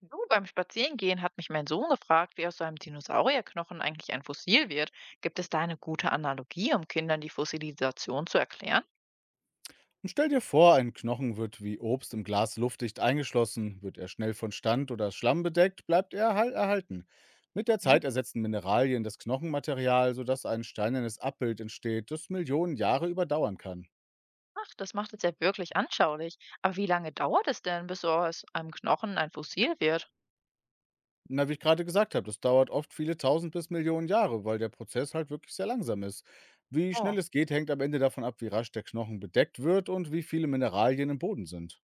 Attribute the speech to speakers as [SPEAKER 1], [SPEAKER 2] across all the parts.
[SPEAKER 1] Du, beim Spazierengehen hat mich mein Sohn gefragt, wie aus so einem Dinosaurierknochen eigentlich ein Fossil wird. Gibt es da eine gute Analogie, um Kindern die Fossilisation zu erklären?
[SPEAKER 2] Und stell dir vor, ein Knochen wird wie Obst im Glas luftdicht eingeschlossen. Wird er schnell von Stand oder Schlamm bedeckt, bleibt er erhalten. Mit der
[SPEAKER 1] Mhm.
[SPEAKER 2] Zeit ersetzen Mineralien das Knochenmaterial, sodass ein steinernes Abbild entsteht, das Millionen Jahre überdauern kann.
[SPEAKER 1] Ach, das macht es ja wirklich anschaulich. Aber wie lange dauert es denn, bis so aus einem Knochen ein Fossil wird?
[SPEAKER 2] Na, wie ich gerade gesagt habe, das dauert oft viele tausend bis Millionen Jahre, weil der Prozess halt wirklich sehr langsam ist. Wie schnell
[SPEAKER 1] Oh,
[SPEAKER 2] es geht, hängt am Ende davon ab, wie rasch der Knochen bedeckt wird und wie viele Mineralien im Boden sind.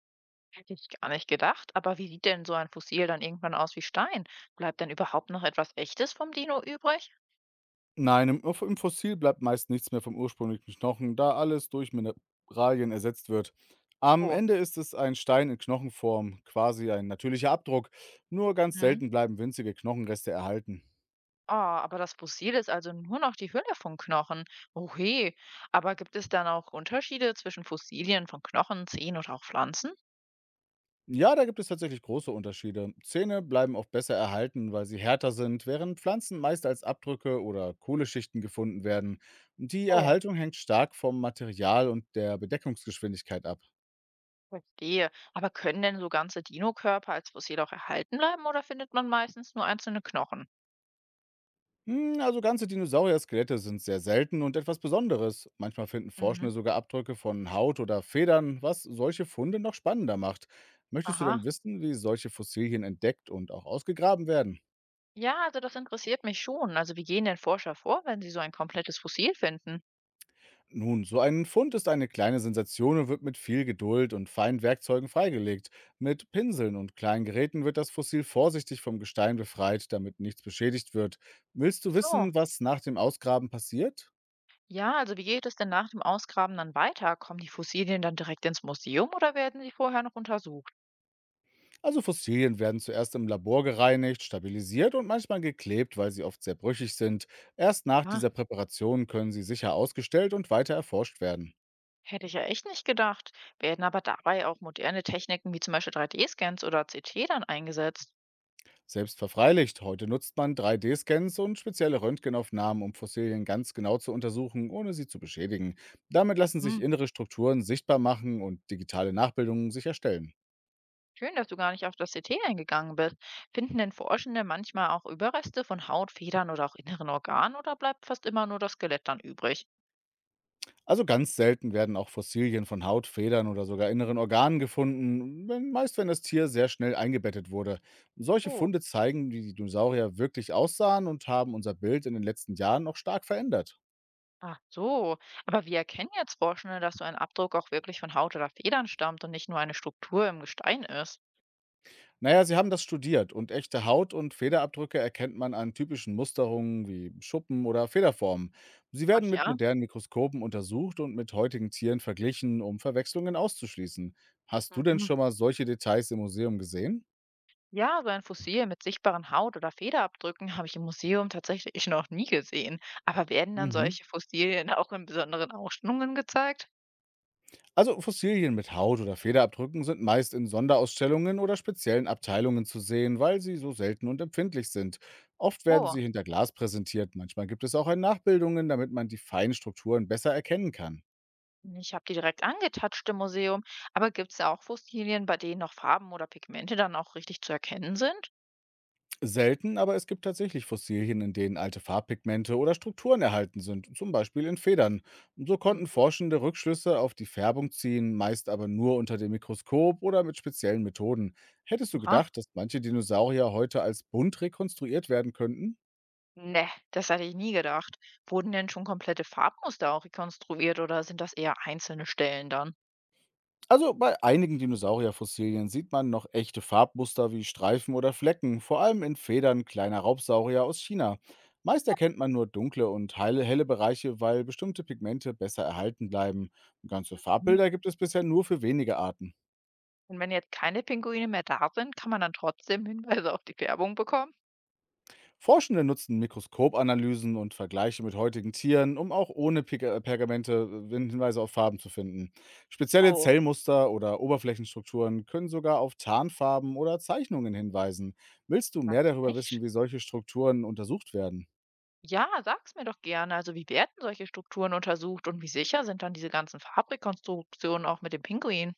[SPEAKER 1] hätte ich gar nicht gedacht. Aber wie sieht denn so ein Fossil dann irgendwann aus wie Stein? Bleibt denn überhaupt noch etwas Echtes vom Dino übrig?
[SPEAKER 2] Nein, im Fossil bleibt meist nichts mehr vom ursprünglichen Knochen, da alles durch Mineralien ersetzt wird. Am
[SPEAKER 1] Oh.
[SPEAKER 2] Ende ist es ein Stein in Knochenform, quasi ein natürlicher Abdruck. Nur ganz
[SPEAKER 1] Hm.
[SPEAKER 2] selten bleiben winzige Knochenreste erhalten.
[SPEAKER 1] Ah, aber das Fossil ist also nur noch die Hülle von Knochen. Oh he. Aber gibt es dann auch Unterschiede zwischen Fossilien von Knochen, Zehen oder auch Pflanzen?
[SPEAKER 2] Ja, da gibt es tatsächlich große Unterschiede. Zähne bleiben oft besser erhalten, weil sie härter sind, während Pflanzen meist als Abdrücke oder Kohleschichten gefunden werden. Die
[SPEAKER 1] Oh,
[SPEAKER 2] Erhaltung hängt stark vom Material und der Bedeckungsgeschwindigkeit ab.
[SPEAKER 1] verstehe. Aber können denn so ganze Dinokörper als Fossil auch erhalten bleiben oder findet man meistens nur einzelne Knochen?
[SPEAKER 2] Hm, also ganze Dinosaurier-Skelette sind sehr selten und etwas Besonderes. Manchmal finden
[SPEAKER 1] Mhm.
[SPEAKER 2] Forschende sogar Abdrücke von Haut oder Federn, was solche Funde noch spannender macht. Möchtest du
[SPEAKER 1] Aha.
[SPEAKER 2] denn wissen, wie solche Fossilien entdeckt und auch ausgegraben werden?
[SPEAKER 1] Ja, also das interessiert mich schon. Also wie gehen denn Forscher vor, wenn sie so ein komplettes Fossil finden?
[SPEAKER 2] Nun, so ein Fund ist eine kleine Sensation und wird mit viel Geduld und feinen Werkzeugen freigelegt. Mit Pinseln und kleinen Geräten wird das Fossil vorsichtig vom Gestein befreit, damit nichts beschädigt wird. Willst
[SPEAKER 1] Ach
[SPEAKER 2] du
[SPEAKER 1] so,
[SPEAKER 2] wissen, was nach dem Ausgraben passiert?
[SPEAKER 1] ja, also wie geht es denn nach dem Ausgraben dann weiter? Kommen die Fossilien dann direkt ins Museum oder werden sie vorher noch untersucht?
[SPEAKER 2] Also Fossilien werden zuerst im Labor gereinigt, stabilisiert und manchmal geklebt, weil sie oft sehr brüchig sind. Erst nach
[SPEAKER 1] Ah,
[SPEAKER 2] dieser Präparation können sie sicher ausgestellt und weiter erforscht werden.
[SPEAKER 1] hätte ich ja echt nicht gedacht. Werden aber dabei auch moderne Techniken wie zum Beispiel 3D-Scans oder CT dann eingesetzt?
[SPEAKER 2] Selbst verfreilicht, heute nutzt man 3D-Scans und spezielle Röntgenaufnahmen, um Fossilien ganz genau zu untersuchen, ohne sie zu beschädigen. Damit lassen
[SPEAKER 1] Hm,
[SPEAKER 2] sich innere Strukturen sichtbar machen und digitale Nachbildungen sich erstellen.
[SPEAKER 1] schön, dass du gar nicht auf das CT eingegangen bist. Finden denn Forschende manchmal auch Überreste von Haut, Federn oder auch inneren Organen oder bleibt fast immer nur das Skelett dann übrig?
[SPEAKER 2] Also ganz selten werden auch Fossilien von Haut, Federn oder sogar inneren Organen gefunden, wenn, meist wenn das Tier sehr schnell eingebettet wurde. Solche
[SPEAKER 1] Oh,
[SPEAKER 2] Funde zeigen, wie die Dinosaurier wirklich aussahen, und haben unser Bild in den letzten Jahren auch stark verändert.
[SPEAKER 1] ach so. Aber wie erkennen jetzt Forschende, dass so ein Abdruck auch wirklich von Haut oder Federn stammt und nicht nur eine Struktur im Gestein ist?
[SPEAKER 2] Naja, sie haben das studiert, und echte Haut- und Federabdrücke erkennt man an typischen Musterungen wie Schuppen oder Federformen. Sie
[SPEAKER 1] Ach
[SPEAKER 2] werden mit
[SPEAKER 1] ja.
[SPEAKER 2] modernen Mikroskopen untersucht und mit heutigen Tieren verglichen, um Verwechslungen auszuschließen. Hast du denn
[SPEAKER 1] Mhm.
[SPEAKER 2] schon mal solche Details im Museum gesehen?
[SPEAKER 1] Ja, so ein Fossil mit sichtbaren Haut- oder Federabdrücken habe ich im Museum tatsächlich noch nie gesehen. Aber werden dann
[SPEAKER 2] Mhm.
[SPEAKER 1] solche Fossilien auch in besonderen Ausstellungen gezeigt?
[SPEAKER 2] Also Fossilien mit Haut- oder Federabdrücken sind meist in Sonderausstellungen oder speziellen Abteilungen zu sehen, weil sie so selten und empfindlich sind. Oft werden
[SPEAKER 1] Oh,
[SPEAKER 2] sie hinter Glas präsentiert, manchmal gibt es auch ein Nachbildungen, damit man die feinen Strukturen besser erkennen kann.
[SPEAKER 1] ich habe die direkt angetatscht im Museum. Aber gibt es da auch Fossilien, bei denen noch Farben oder Pigmente dann auch richtig zu erkennen sind?
[SPEAKER 2] Selten, aber es gibt tatsächlich Fossilien, in denen alte Farbpigmente oder Strukturen erhalten sind, zum Beispiel in Federn. Und so konnten
[SPEAKER 1] Mhm.
[SPEAKER 2] Forschende Rückschlüsse auf die Färbung ziehen, meist aber nur unter dem Mikroskop oder mit speziellen Methoden. Hättest du
[SPEAKER 1] Aha.
[SPEAKER 2] gedacht, dass manche Dinosaurier heute als bunt rekonstruiert werden könnten?
[SPEAKER 1] Ne, das hatte ich nie gedacht. Wurden denn schon komplette Farbmuster auch rekonstruiert oder sind das eher einzelne Stellen dann?
[SPEAKER 2] Also bei einigen Dinosaurierfossilien sieht man noch echte Farbmuster wie Streifen oder Flecken, vor allem in Federn kleiner Raubsaurier aus China. Meist erkennt man nur dunkle und heile, helle Bereiche, weil bestimmte Pigmente besser erhalten bleiben. Ganze
[SPEAKER 1] Mhm.
[SPEAKER 2] Farbbilder gibt es bisher nur für wenige Arten.
[SPEAKER 1] Und wenn jetzt keine Pinguine mehr da sind, kann man dann trotzdem Hinweise auf die Färbung bekommen?
[SPEAKER 2] Forschende nutzen Mikroskopanalysen und Vergleiche mit heutigen Tieren, um auch ohne Pig Pergamente Hinweise auf Farben zu finden. Spezielle
[SPEAKER 1] Oh.
[SPEAKER 2] Zellmuster oder Oberflächenstrukturen können sogar auf Tarnfarben oder Zeichnungen hinweisen. Willst du mehr
[SPEAKER 1] Ganz
[SPEAKER 2] darüber wissen,
[SPEAKER 1] echt?
[SPEAKER 2] wie solche Strukturen untersucht werden?
[SPEAKER 1] Ja, sag's mir doch gerne. Also, wie werden solche Strukturen untersucht und wie sicher sind dann diese ganzen Farbrekonstruktionen auch mit dem Pinguin?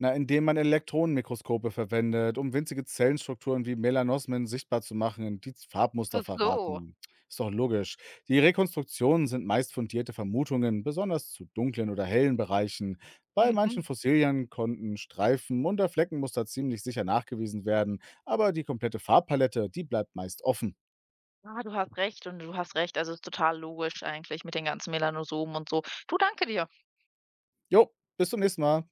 [SPEAKER 2] Na, indem man Elektronenmikroskope verwendet, um winzige Zellenstrukturen wie Melanosmen sichtbar zu machen und die Farbmuster
[SPEAKER 1] Ach so.
[SPEAKER 2] verraten. Ist doch logisch. Die Rekonstruktionen sind meist fundierte Vermutungen, besonders zu dunklen oder hellen Bereichen. Bei
[SPEAKER 1] Mhm.
[SPEAKER 2] manchen Fossilien konnten Streifen oder Fleckenmuster ziemlich sicher nachgewiesen werden, aber die komplette Farbpalette, die bleibt meist offen.
[SPEAKER 1] Ja, du hast recht und du hast recht. Also, ist total logisch eigentlich mit den ganzen Melanosomen und so. Du, danke dir.
[SPEAKER 2] Jo, bis zum nächsten Mal.